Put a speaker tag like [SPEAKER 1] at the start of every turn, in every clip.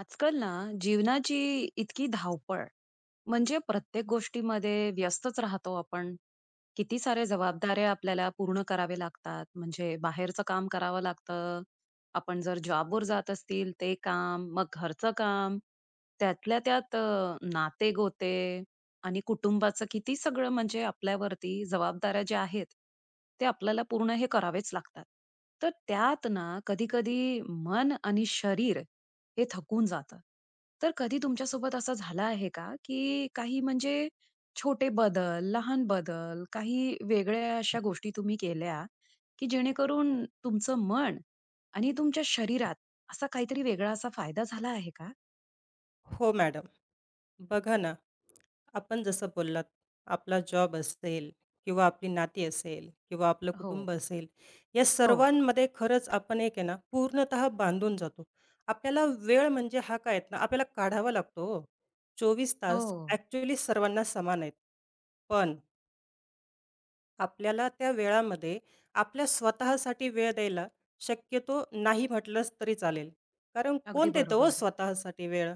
[SPEAKER 1] आजकाल ना जीवनाची इतकी धावपळ, म्हणजे प्रत्येक गोष्टीमध्ये व्यस्तच राहतो आपण. किती सारे जबाबदाऱ्या आपल्याला पूर्ण करावे लागतात. म्हणजे बाहेरचं काम करावं लागतं, आपण जर जॉबवर जात असतील ते काम, मग घरचं काम, त्यातल्या त्यात नाते गोते आणि कुटुंबाचं, किती सगळं म्हणजे आपल्यावरती जबाबदाऱ्या ज्या आहेत ते आपल्याला पूर्ण हे करावेच लागतात. तर त्यात ना कधी कधी मन आणि शरीर हे थकून जातं. तर कधी तुमच्यासोबत असं झालं आहे का, की काही म्हणजे छोटे बदल, लहान बदल, काही वेगळ्या अशा गोष्टी तुम्ही केल्या, की जेणेकरून तुमचं मन आणि तुमच्या शरीरात असा काहीतरी वेगळा असा फायदा झाला आहे का?
[SPEAKER 2] हो मॅडम. बघा ना, आपण जसं बोललात, आपला जॉब असेल किंवा आपली नाती असेल किंवा आपलं
[SPEAKER 1] हो.
[SPEAKER 2] कुटुंब असेल, या
[SPEAKER 1] हो.
[SPEAKER 2] सर्वांमध्ये खरंच आपण एक आहे ना, पूर्णतः बांधून जातो. आपल्याला वेळ म्हणजे हा काय आहेत ना, आपल्याला काढावा लागतो हो. 24
[SPEAKER 1] हो.
[SPEAKER 2] तास ॲक्चुअली सर्वांना समान आहेत. पण आपल्याला त्या वेळामध्ये आपल्या स्वतःसाठी वेळ द्यायला शक्यतो नाही म्हटलंच तरी चालेल. कारण कोण
[SPEAKER 1] अगदी
[SPEAKER 2] देतं हो
[SPEAKER 1] बरोबर.
[SPEAKER 2] स्वतःसाठी वेळ?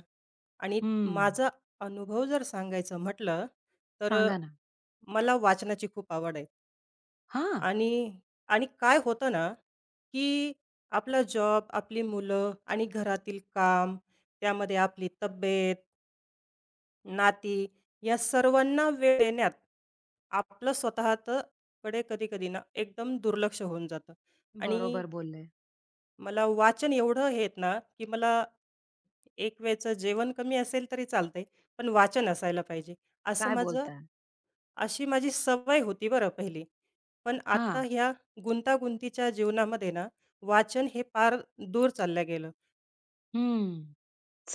[SPEAKER 2] आणि
[SPEAKER 1] हं.
[SPEAKER 2] माझा अनुभव जर सांगायचं म्हटलं, तर
[SPEAKER 1] सांगा ना.
[SPEAKER 2] मला वाचनाची खूप आवड आहे.
[SPEAKER 1] हां.
[SPEAKER 2] आणि आणि काय होतं ना, की आपला जॉब, आपली मुलं आणि घरातील काम, त्यामध्ये आपली तब्येत नाती या सर्वांना वेळ देण्यात आपलं स्वतःचं कडे कधी-कधी ना एकदम दुर्लक्ष होऊन जातं आणि
[SPEAKER 1] बरोबर बोलले.
[SPEAKER 2] मला वाचन एवढं हे आहेत ना, की मला एक वेळचं जेवण कमी असेल तरी चालतंय, पण वाचन असायला पाहिजे. असं
[SPEAKER 1] काय
[SPEAKER 2] माझं
[SPEAKER 1] बोलताय?
[SPEAKER 2] अशी माझी सवय होती बरं पहिली. पण आता
[SPEAKER 1] हां.
[SPEAKER 2] ह्या गुंतागुंतीच्या जीवनामध्ये ना वाचन हे फार दूर चाललं गेलं.
[SPEAKER 1] हं.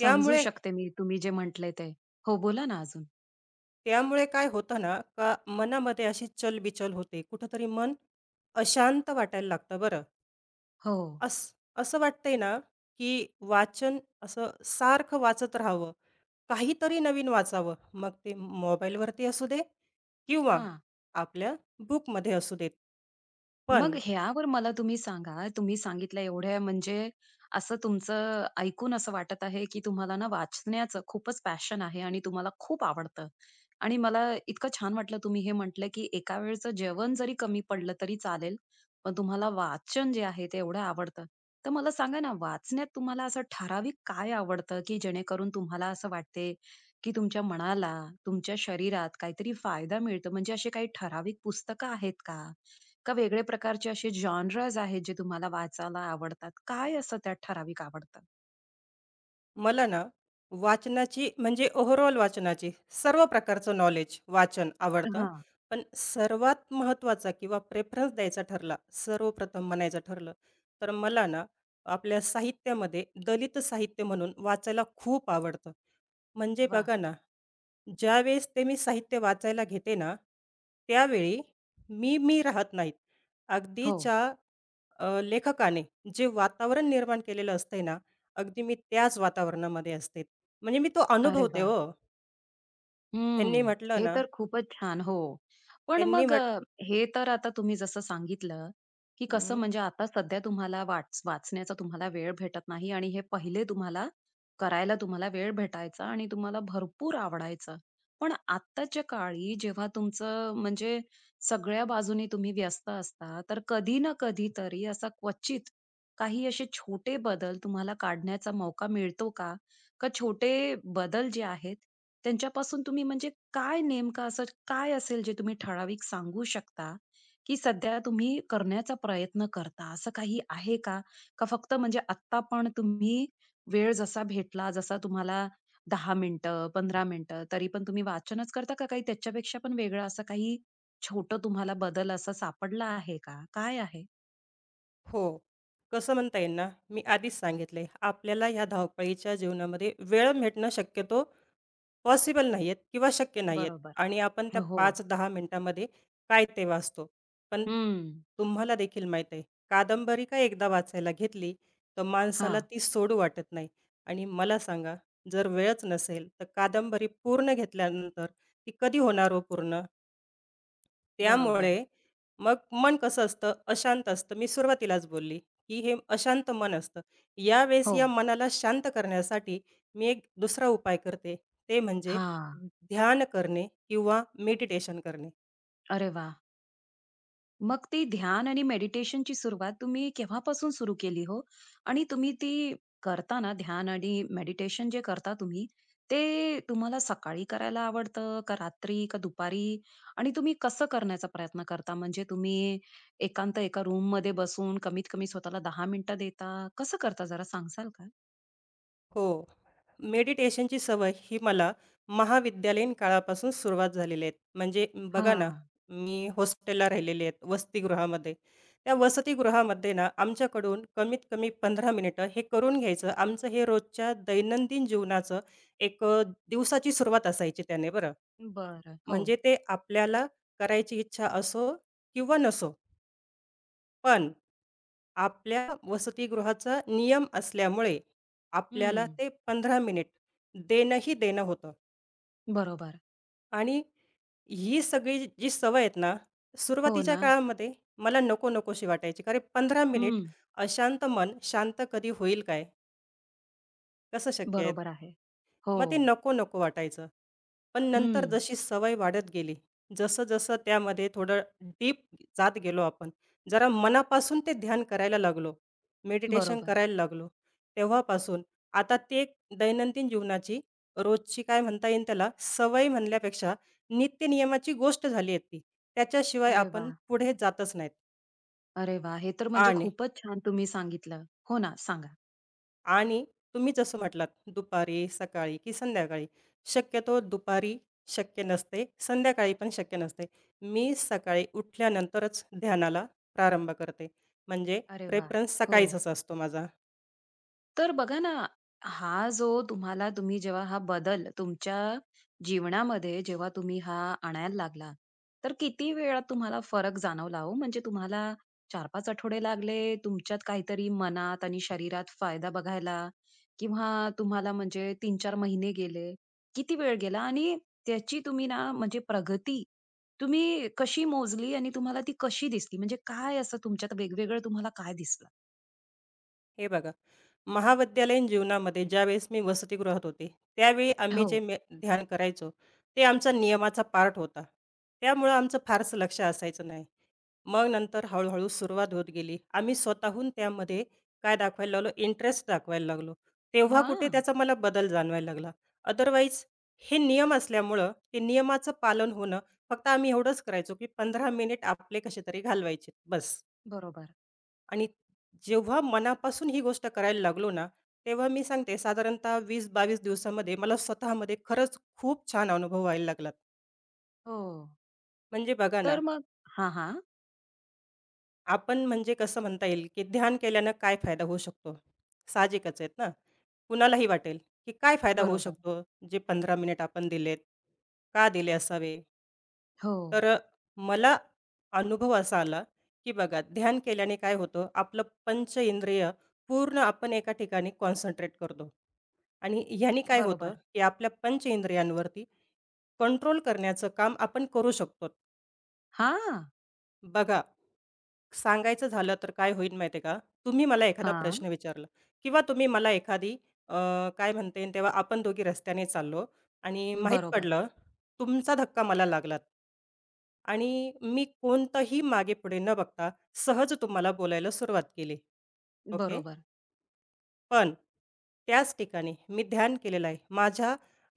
[SPEAKER 1] समजू शकते मी तुम्ही जे म्हटले ते. हो, बोला ना अजून.
[SPEAKER 2] त्यामुळे काय होतं ना, का मनामध्ये अशी चलबिचल होते. कुठेतरी मन अशांत वाटायला लागतं बरं.
[SPEAKER 1] हो.
[SPEAKER 2] अस असं वाटतंय ना, की वाचन असं सारखं वाचत राहावं. काहीतरी नवीन वाचावं. मग ते मोबाईलवरती असू दे किंवा
[SPEAKER 1] हां.
[SPEAKER 2] आपल्या बुकमध्ये असू देत.
[SPEAKER 1] मग
[SPEAKER 2] पण
[SPEAKER 1] ह्यावर मला तुम्ही सांगा, तुम्ही सांगितलं एवढ्या म्हणजे, असं तुमचं ऐकून असं वाटत आहे, की तुम्हाला ना वाचण्याचं खूपच पॅशन आहे आणि तुम्हाला खूप आवडतं. आणि मला इतकं छान वाटलं तुम्ही हे म्हटलं, की एका वेळचं जेवण जरी कमी पडलं तरी चालेल, पण तुम्हाला वाचन जे आहे ते एवढं आवडतं. तर मला सांगा ना, वाचण्यात तुम्हाला असं ठराविक काय आवडतं, की जेणेकरून तुम्हाला असं वाटते, की तुमच्या मनाला, तुमच्या शरीरात काहीतरी फायदा मिळतो? म्हणजे असे काही ठराविक पुस्तकं आहेत का? का वेगळे प्रकारचे असे जॉनराज आहेत जे तुम्हाला वाचायला आवडतात? काय असं त्यात ठराविक आवडतं?
[SPEAKER 2] मला ना वाचनाची म्हणजे ओव्हरऑल वाचनाची सर्व प्रकारचं नॉलेज, वाचन आवडतं.
[SPEAKER 1] हां.
[SPEAKER 2] पण सर्वात महत्त्वाचा किंवा प्रेफरन्स द्यायचा ठरला, सर्वप्रथम म्हणायचं ठरलं, तर मला ना आपल्या साहित्यामध्ये दलित साहित्य म्हणून वाचायला खूप आवडतं. म्हणजे
[SPEAKER 1] वाह!
[SPEAKER 2] बघा ना, ज्यावेळेस ते मी साहित्य वाचायला घेते ना, त्यावेळी मी राहत नाहीत.
[SPEAKER 1] हो.
[SPEAKER 2] अगदीच्या लेखकाने जे वातावरण निर्माण केलेलं असतंय ना, अगदी मी त्याच वातावरणामध्ये असते. म्हणजे मी तो
[SPEAKER 1] अरे
[SPEAKER 2] अनुभवते
[SPEAKER 1] वाह!
[SPEAKER 2] हो. त्यांनी
[SPEAKER 1] हम्म.
[SPEAKER 2] म्हटलं
[SPEAKER 1] हे
[SPEAKER 2] ना,
[SPEAKER 1] तर खूपच छान. हो. पण
[SPEAKER 2] त्यांनी
[SPEAKER 1] मग
[SPEAKER 2] म्हट
[SPEAKER 1] हे तर आता तुम्ही जसं सांगितलं, की कसं
[SPEAKER 2] हं,
[SPEAKER 1] म्हणजे आता सध्या तुम्हाला वाचण्याचा तुम्हाला वेळ भेटत नाही आणि हे पहिले तुम्हाला करायला तुम्हाला वेळ भेटायचा आणि तुम्हाला भरपूर आवडायचं. पण आत्ताच्या काळी जेव्हा तुमचं म्हणजे सगळ्या बाजूनी तुम्ही व्यस्त असता, तर कधी ना कधीतरी असा क्वचित काही असे छोटे बदल तुम्हाला काढण्याचा मौका मिळतो का? का छोटे बदल जे आहेत त्यांच्यापासून तुम्ही म्हणजे काय नेमकं असं काय असेल जे तुम्ही ठराविक सांगू शकता की सध्या तुम्ही करण्याचा प्रयत्न करता असं काही आहे का? का फक्त म्हणजे आत्ता पण तुम्ही वेळ जसा भेटला जसा तुम्हाला 10 मिनिटं, 15 मिनिटं तरी पण तुम्ही वाचनच करता का काही त्याच्यापेक्षा पण वेगळं असं काही छोटं तुम्हाला बदल असा सापडला आहे का? काय आहे?
[SPEAKER 2] हो. कसं म्हणता येईल ना, मी आधीच सांगितलंय, आपल्याला ह्या धावपळीच्या जीवनामध्ये वेळ भेटणं शक्यतो पॉसिबल नाहीयेत किंवा शक्य नाहीयेत
[SPEAKER 1] बरोबर.
[SPEAKER 2] आणि आपण त्या
[SPEAKER 1] हो.
[SPEAKER 2] 5-10 मिनिटामध्ये काय ते वाचतो. पण
[SPEAKER 1] हं.
[SPEAKER 2] तुम्हाला देखील माहीत आहे, कादंबरी का एकदा वाचायला घेतली, तर माणसाला
[SPEAKER 1] हां.
[SPEAKER 2] ती सोडू वाटत नाही आणि मला सांगा, जर वेळच नसेल, तर कादंबरी पूर्ण घेतल्यानंतर ती कधी होणार हो पूर्ण?
[SPEAKER 1] बरोबर.
[SPEAKER 2] त्यामुळे मग मन कसं असतं, अशांत असतं. मी सुरुवातीलाच बोलली, की हे अशांत मन असतं. यावेळेस
[SPEAKER 1] हो.
[SPEAKER 2] या मनाला शांत करण्यासाठी मी एक दुसरा उपाय करते. ते म्हणजे
[SPEAKER 1] हां.
[SPEAKER 2] ध्यान करणे किंवा मेडिटेशन करणे.
[SPEAKER 1] अरे वाह! मग ती ध्यान आणि मेडिटेशनची सुरुवात तुम्ही केव्हापासून सुरू केली हो? आणि तुम्ही ती करताना ध्यान आणि मेडिटेशन जे करता तुम्ही, ते तुम्हाला सकाळी करायला आवडतं का रात्री का दुपारी? आणि तुम्ही कसं करण्याचा प्रयत्न करता? म्हणजे तुम्ही एकांत एका रूममध्ये बसून कमीत कमी स्वतःला 10 मिनिटं देता? कसं करता जरा सांगाल का?
[SPEAKER 2] हो. मेडिटेशनची सवय ही मला महाविद्यालयीन काळापासून सुरुवात झालेली आहे. म्हणजे बघा ना,
[SPEAKER 1] हां.
[SPEAKER 2] मी हॉस्टेलला राहिलेली आहेत वसतिगृहामध्ये. त्या वसतिगृहामध्ये ना, आमच्याकडून कमीत कमी 15 मिनिटं हे करून घ्यायचं. आमचं हे रोजच्या दैनंदिन जीवनाचं एक दिवसाची सुरुवात असायची त्याने बरं.
[SPEAKER 1] बरं. हो.
[SPEAKER 2] म्हणजे ते आपल्याला करायची इच्छा असो किंवा नसो. पण आपल्या वसतिगृहाचा नियम असल्यामुळे आपल्याला
[SPEAKER 1] हं.
[SPEAKER 2] ते 15 मिनिट देणंही देणं होतं
[SPEAKER 1] बरोबर.
[SPEAKER 2] आणि ही सगळी जी सवय आहेत ना,
[SPEAKER 1] हो
[SPEAKER 2] सुरुवातीच्या
[SPEAKER 1] ना.
[SPEAKER 2] काळामध्ये मला नको-नकोशी वाटायची. कारण 15 मिनिट
[SPEAKER 1] हं.
[SPEAKER 2] अशांत मन शांत कधी होईल काय? कसं शक्य आहे?
[SPEAKER 1] बरोबर आहे. हो.
[SPEAKER 2] मग ते नको-नको वाटायचं. पण नंतर
[SPEAKER 1] हं.
[SPEAKER 2] जशी सवय वाढत गेली, जसं-जसं त्यामध्ये थोडं डीप जात गेलो आपण, जरा मनापासून ते ध्यान करायला लागलो, मेडिटेशन
[SPEAKER 1] बरोबर.
[SPEAKER 2] करायला लागलो, तेव्हापासून आता ते एक दैनंदिन जीवनाची रोजची काय म्हणता येईल त्याला, सवय म्हणल्यापेक्षा नित्यनियमाची गोष्ट झाली आहे ती. त्याच्याशिवाय
[SPEAKER 1] अरे
[SPEAKER 2] आपण
[SPEAKER 1] वाह!
[SPEAKER 2] पुढे जातच नाहीत
[SPEAKER 1] अरे वा, हे तर म्हणजे
[SPEAKER 2] आणि
[SPEAKER 1] खूपच छान तुम्ही सांगितलं. हो ना, सांगा.
[SPEAKER 2] आणि तुम्ही जसं म्हटलात, दुपारी, सकाळी की संध्याकाळी. शक्यतो दुपारी शक्य नसते, संध्याकाळी पण शक्य नसते. मी सकाळी उठल्यानंतरच ध्यानाला प्रारंभ करते. म्हणजे
[SPEAKER 1] अरे वा,
[SPEAKER 2] प्रेफरन्स
[SPEAKER 1] हो.
[SPEAKER 2] सकाळीचाच असतो माझा.
[SPEAKER 1] तर बघा ना, हा जो तुम्हाला तुम्ही जेव्हा हा बदल तुमच्या जीवनामध्ये जेव्हा तुम्ही हा आणायला लागला, तर किती वेळात तुम्हाला फरक जाणवला हो? म्हणजे तुम्हाला 4-5 आठवडे लागले तुमच्यात काहीतरी मनात आणि शरीरात फायदा बघायला? किंवा तुम्हाला म्हणजे 3-4 महिने गेले? किती वेळ गेला? आणि त्याची तुम्ही ना म्हणजे प्रगती तुम्ही कशी मोजली आणि तुम्हाला ती कशी दिसली? म्हणजे काय असं तुमच्यात वेगवेगळं तुम्हाला काय दिसलं?
[SPEAKER 2] हे बघा, महाविद्यालयीन जीवनामध्ये ज्यावेळेस मी वसतिगृहात होते, त्यावेळी आम्ही
[SPEAKER 1] हो.
[SPEAKER 2] जे मे ध्यान करायचो, ते आमचा नियमाचा पार्ट होता. त्यामुळं आमचं फारसं लक्ष असायचं नाही. मग नंतर हळू-हळू सुरुवात होत गेली. आम्ही स्वतःहून त्यामध्ये काय दाखवायला लागलो, इंटरेस्ट दाखवायला लागलो. तेव्हा कुठे
[SPEAKER 1] हां,
[SPEAKER 2] त्याचा मला बदल जाणवायला लागला. अदरवाईज हे नियम असल्यामुळं ते नियमाचं पालन होणं, फक्त आम्ही एवढंच करायचो, की 15 मिनिट आपले कसे तरी घालवायचे, बस.
[SPEAKER 1] बरोबर.
[SPEAKER 2] आणि जेव्हा मनापासून ही गोष्ट करायला लागलो ना, तेव्हा मी सांगते साधारणतः 20-22 दिवसामध्ये मला स्वतःमध्ये खरंच खूप छान अनुभव व्हायला लागलात.
[SPEAKER 1] हो.
[SPEAKER 2] म्हणजे बघा ना,
[SPEAKER 1] तर मग हां, हां.
[SPEAKER 2] आपण म्हणजे कसं म्हणता येईल, की ध्यान केल्यानं काय फायदा होऊ शकतो? साहजिकच आहेत ना. कुणालाही वाटेल, की काय फायदा होऊ
[SPEAKER 1] बरोबर.
[SPEAKER 2] शकतो, जे 15 मिनिट आपण दिलेत, का दिले असावे?
[SPEAKER 1] हो.
[SPEAKER 2] तर मला अनुभव असा आला, की बघा ध्यान केल्याने काय होतं, आपलं पंच इंद्रिय पूर्ण आपण एका ठिकाणी कॉन्सन्ट्रेट करतो. आणि ह्यानी काय होतं,
[SPEAKER 1] बरोबर.
[SPEAKER 2] की आपल्या पंचेंद्रियांवरती कंट्रोल करण्याचं काम आपण करू शकतो.
[SPEAKER 1] हां.
[SPEAKER 2] बघा, सांगायचं झालं तर काय होईल माहिती आहे का? तुम्ही मला एखादा
[SPEAKER 1] हां.
[SPEAKER 2] प्रश्न विचारला किंवा तुम्ही मला एखादी अ, काय म्हणता येईल तेव्हा आपण दोघी रस्त्याने चाललो आणि माहीत
[SPEAKER 1] बरोबर.
[SPEAKER 2] पडलं तुमचा धक्का मला लागलात. आणि मी कोणतंही मागे पुढे न बघता सहज तुम्हाला बोलायला सुरुवात केली. ओके?
[SPEAKER 1] बरोबर.
[SPEAKER 2] पण त्याच ठिकाणी मी ध्यान केलेलं आहे. माझ्या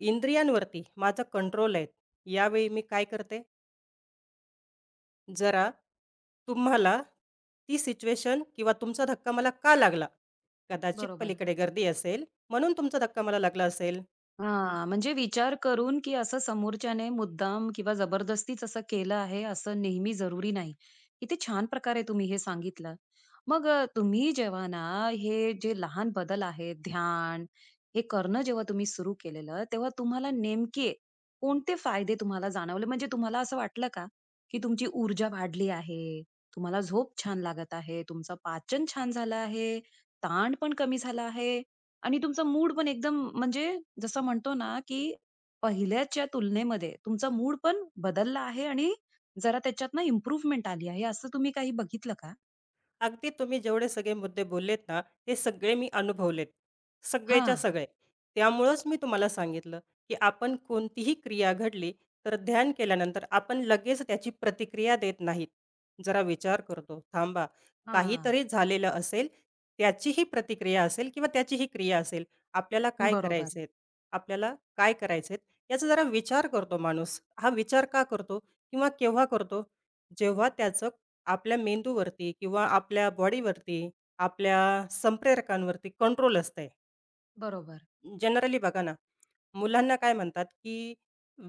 [SPEAKER 2] इंद्रियांवरती माझा कंट्रोल आहे. यावेळी मी काय करते, जरा तुम्हाला ती सिच्युएशन किंवा तुमचा धक्का मला का लागला? कदाचित
[SPEAKER 1] बरोबर.
[SPEAKER 2] पलीकडे गर्दी असेल, म्हणून तुमचा धक्का मला लागला असेल.
[SPEAKER 1] हां, म्हणजे विचार करून, की असं समोरच्याने मुद्दाम किंवा जबरदस्तीच असं केलं आहे, असं नेहमी जरुरी नाही. किती छान प्रकारे तुम्ही हे सांगितलं. मग तुम्ही जेव्हा ना, हे जे लहान बदल आहेत, ध्यान हे करणं जेव्हा तुम्ही सुरू केलेलं, तेव्हा तुम्हाला नेमके कोणते फायदे तुम्हाला जाणवले? म्हणजे तुम्हाला असं वाटलं का, की तुमची ऊर्जा वाढली आहे, तुम्हाला झोप छान लागत आहे, तुमचं पाचन छान झालं आहे, ताण पण कमी झाला आहे आणि तुमचा मूड पण एकदम म्हणजे जसं म्हणतो ना, की पहिल्याच्या तुलनेमध्ये तुमचा मूड पण बदलला आहे आणि जरा त्याच्यातनं इम्प्रूव्हमेंट आली आहे, असं तुम्ही काही बघितलं का?
[SPEAKER 2] अगदी तुम्ही जेवढे सगळे मुद्दे बोललेत ना, ते सगळे मी अनुभवलेत. सगळेच्या
[SPEAKER 1] हां,
[SPEAKER 2] सगळे. त्यामुळंच मी तुम्हाला सांगितलं, की आपण कोणतीही क्रिया घडली, तर ध्यान केल्यानंतर आपण लगेच त्याची प्रतिक्रिया देत नाहीत. जरा विचार करतो, थांबा,
[SPEAKER 1] हां.
[SPEAKER 2] काहीतरी झालेलं असेल, त्याचीही प्रतिक्रिया असेल किंवा त्याचीही क्रिया असेल. आपल्याला काय
[SPEAKER 1] बरोबर,
[SPEAKER 2] करायचे आपल्याला काय करायचे याचा जरा विचार करतो माणूस. हा विचार का करतो किंवा केव्हा करतो? जेव्हा त्याचं आपल्या मेंदूवरती किंवा आपल्या बॉडीवरती, आपल्या संप्रेरकांवरती कंट्रोल असते.
[SPEAKER 1] बरोबर.
[SPEAKER 2] जनरली बघा ना, मुलांना काय म्हणतात, की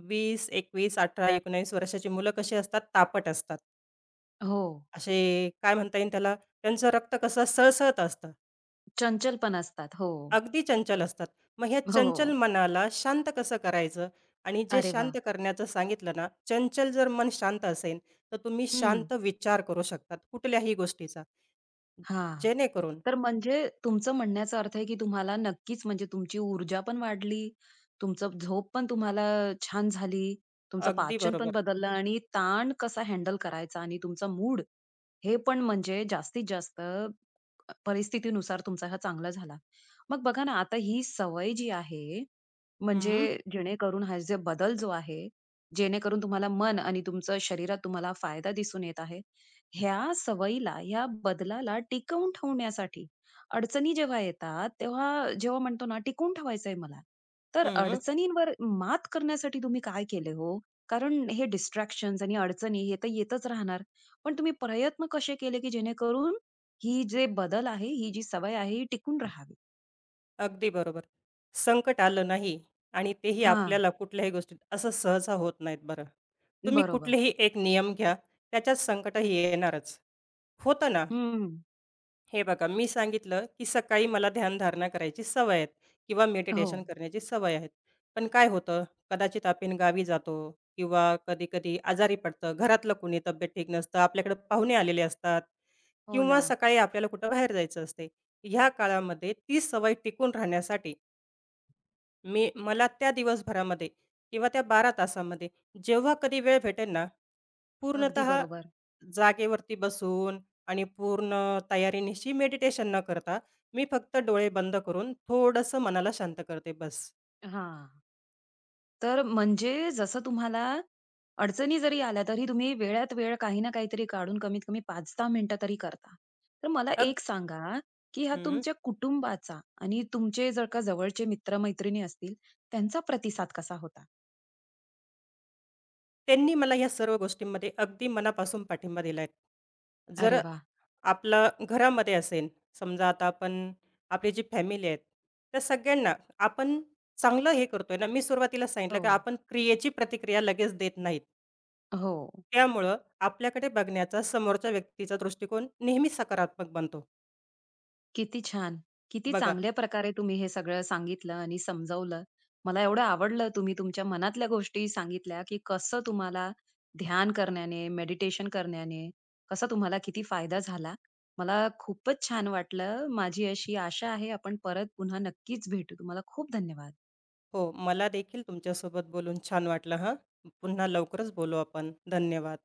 [SPEAKER 2] 20, 21, 18, 19 वर्षाची मुलं कशी असतात? तापट असतात.
[SPEAKER 1] हो.
[SPEAKER 2] असे काय म्हणता येईल त्याला? त्यांचं रक्त कसं सळसळत असतं.
[SPEAKER 1] चंचल पण असतात. हो.
[SPEAKER 2] अगदी चंचल असतात. मग ह्या चंचल
[SPEAKER 1] हो.
[SPEAKER 2] मनाला शांत कसं करायचं? आणि जे
[SPEAKER 1] अरे
[SPEAKER 2] शांत
[SPEAKER 1] वाह!
[SPEAKER 2] करण्याचं सांगितलं ना, चंचल जर मन शांत असेल, तर तुम्ही
[SPEAKER 1] हं.
[SPEAKER 2] शांत विचार करू शकतात कुठल्याही गोष्टीचा.
[SPEAKER 1] हा,
[SPEAKER 2] जेणेकरून
[SPEAKER 1] तर म्हणजे तुमचं म्हणण्याचा अर्थ आहे, की तुम्हाला नक्कीच म्हणजे तुमची ऊर्जा पण वाढली, तुमचं झोप पण तुम्हाला छान झाली, तुमचं
[SPEAKER 2] अगदी
[SPEAKER 1] पाचन पण
[SPEAKER 2] बरोबर.
[SPEAKER 1] बदललं आणि ताण कसा हँडल करायचा आणि तुमचा मूड हे पण म्हणजे जास्तीत जास्त परिस्थितीनुसार तुमचा हा चांगला झाला. मग बघा ना, आता ही सवय जी आहे, म्हणजे
[SPEAKER 2] हं,
[SPEAKER 1] जेणेकरून हा जे बदल जो आहे जेणेकरून तुम्हाला मन आणि तुमचं शरीरात तुम्हाला फायदा दिसून येत आहे. ह्या सवयीला, ह्या बदलाला टिकवून ठेवण्यासाठी अडचणी जेव्हा येतात, तेव्हा जेव्हा म्हणतो ना, टिकवून ठेवायचंय मला. तर
[SPEAKER 2] हं.
[SPEAKER 1] अडचणींवर मात करण्यासाठी तुम्ही काय केले हो? कारण हे डिस्ट्रॅक्शन्स आणि अडचणी हे तर येतच राहणार. पण तुम्ही प्रयत्न कसे केले, की जेणेकरून ही जे बदल आहे, ही जी सवय आहे, ही टिकून राहावी?
[SPEAKER 2] अगदी बरोबर. संकट आलं नाही आणि तेही
[SPEAKER 1] हां,
[SPEAKER 2] आपल्याला कुठल्याही गोष्टीत असं सहसा होत नाहीत बरं. तुम्ही
[SPEAKER 1] बरोबर.
[SPEAKER 2] कुठलेही एक नियम घ्या, त्याच्यात संकटही येणारच. होतं ना
[SPEAKER 1] हं.
[SPEAKER 2] हे बघा, मी सांगितलं, की सकाळी मला ध्यानधारणा करायची सवय आहे किंवा
[SPEAKER 1] हो.
[SPEAKER 2] मेडिटेशन करण्याची सवय आहे. पण काय होतं, कदाचित आपण गावी जातो किंवा कधी-कधी आजारी पडतं, घरातलं कोणी तब्येत ठीक नसतं, आपल्याकडे पाहुणे आलेले असतात
[SPEAKER 1] हो
[SPEAKER 2] किंवा
[SPEAKER 1] ना.
[SPEAKER 2] सकाळी आपल्याला कुठं बाहेर जायचं असते. ह्या काळामध्ये ती सवय टिकून राहण्यासाठी मी मला त्या दिवसभरामध्ये किंवा त्या 12 तासामध्ये जेव्हा कधी वेळ भेटेल ना,
[SPEAKER 1] अगदी
[SPEAKER 2] पूर्णतः
[SPEAKER 1] बरोबर.
[SPEAKER 2] जागेवरती बसून आणि पूर्ण तयारीनिशी मेडिटेशन न करता, मी फक्त डोळे बंद करून थोडंसं मनाला शांत करते बस.
[SPEAKER 1] हां. तर म्हणजे जसं तुम्हाला अडचणी जरी आल्या, तरी तुम्ही वेळात वेळ काही ना काहीतरी काढून कमीत कमी 5-10 मिनिटं तरी करता. तर मला
[SPEAKER 2] अग
[SPEAKER 1] एक सांगा, की हा
[SPEAKER 2] हं.
[SPEAKER 1] तुमच्या कुटुंबाचा आणि तुमचे जर का जवळचे मित्र-मैत्रिणी असतील, त्यांचा प्रतिसाद कसा होता?
[SPEAKER 2] त्यांनी मला या सर्व गोष्टींमध्ये अगदी मनापासून पाठिंबा दिलाय. जर
[SPEAKER 1] अरे वाह!
[SPEAKER 2] आपलं घरामध्ये असेल, समजा आता आपण आपली जी फॅमिली आहेत, त्या सगळ्यांना आपण चांगलं हे करतोय ना. मी सुरुवातीलाच सांगितलं, की
[SPEAKER 1] हो.
[SPEAKER 2] आपण क्रियेची प्रतिक्रिया लगेच देत नाहीत.
[SPEAKER 1] हो.
[SPEAKER 2] त्यामुळं आपल्याकडे बघण्याचा समोरच्या व्यक्तीचा दृष्टिकोन नेहमी सकारात्मक बनतो.
[SPEAKER 1] किती छान! किती
[SPEAKER 2] बघा
[SPEAKER 1] चांगल्या प्रकारे तुम्ही हे सगळं सांगितलं आणि समजावलं. मला एवढं आवडलं तुम्ही तुमच्या मनातल्या गोष्टी सांगितल्या, की कसं तुम्हाला ध्यान करण्याने, मेडिटेशन करण्याने कसा तुम्हाला किती फायदा झाला. मला खूपच छान वाटलं. माझी अशी आशा आहे आपण परत पुन्हा नक्कीच भेटू. तुम्हाला खूप धन्यवाद.
[SPEAKER 2] हो, मला देखील तुमच्यासोबत बोलून छान वाटलं हां. पुन्हा लवकरच बोलू आपण. धन्यवाद.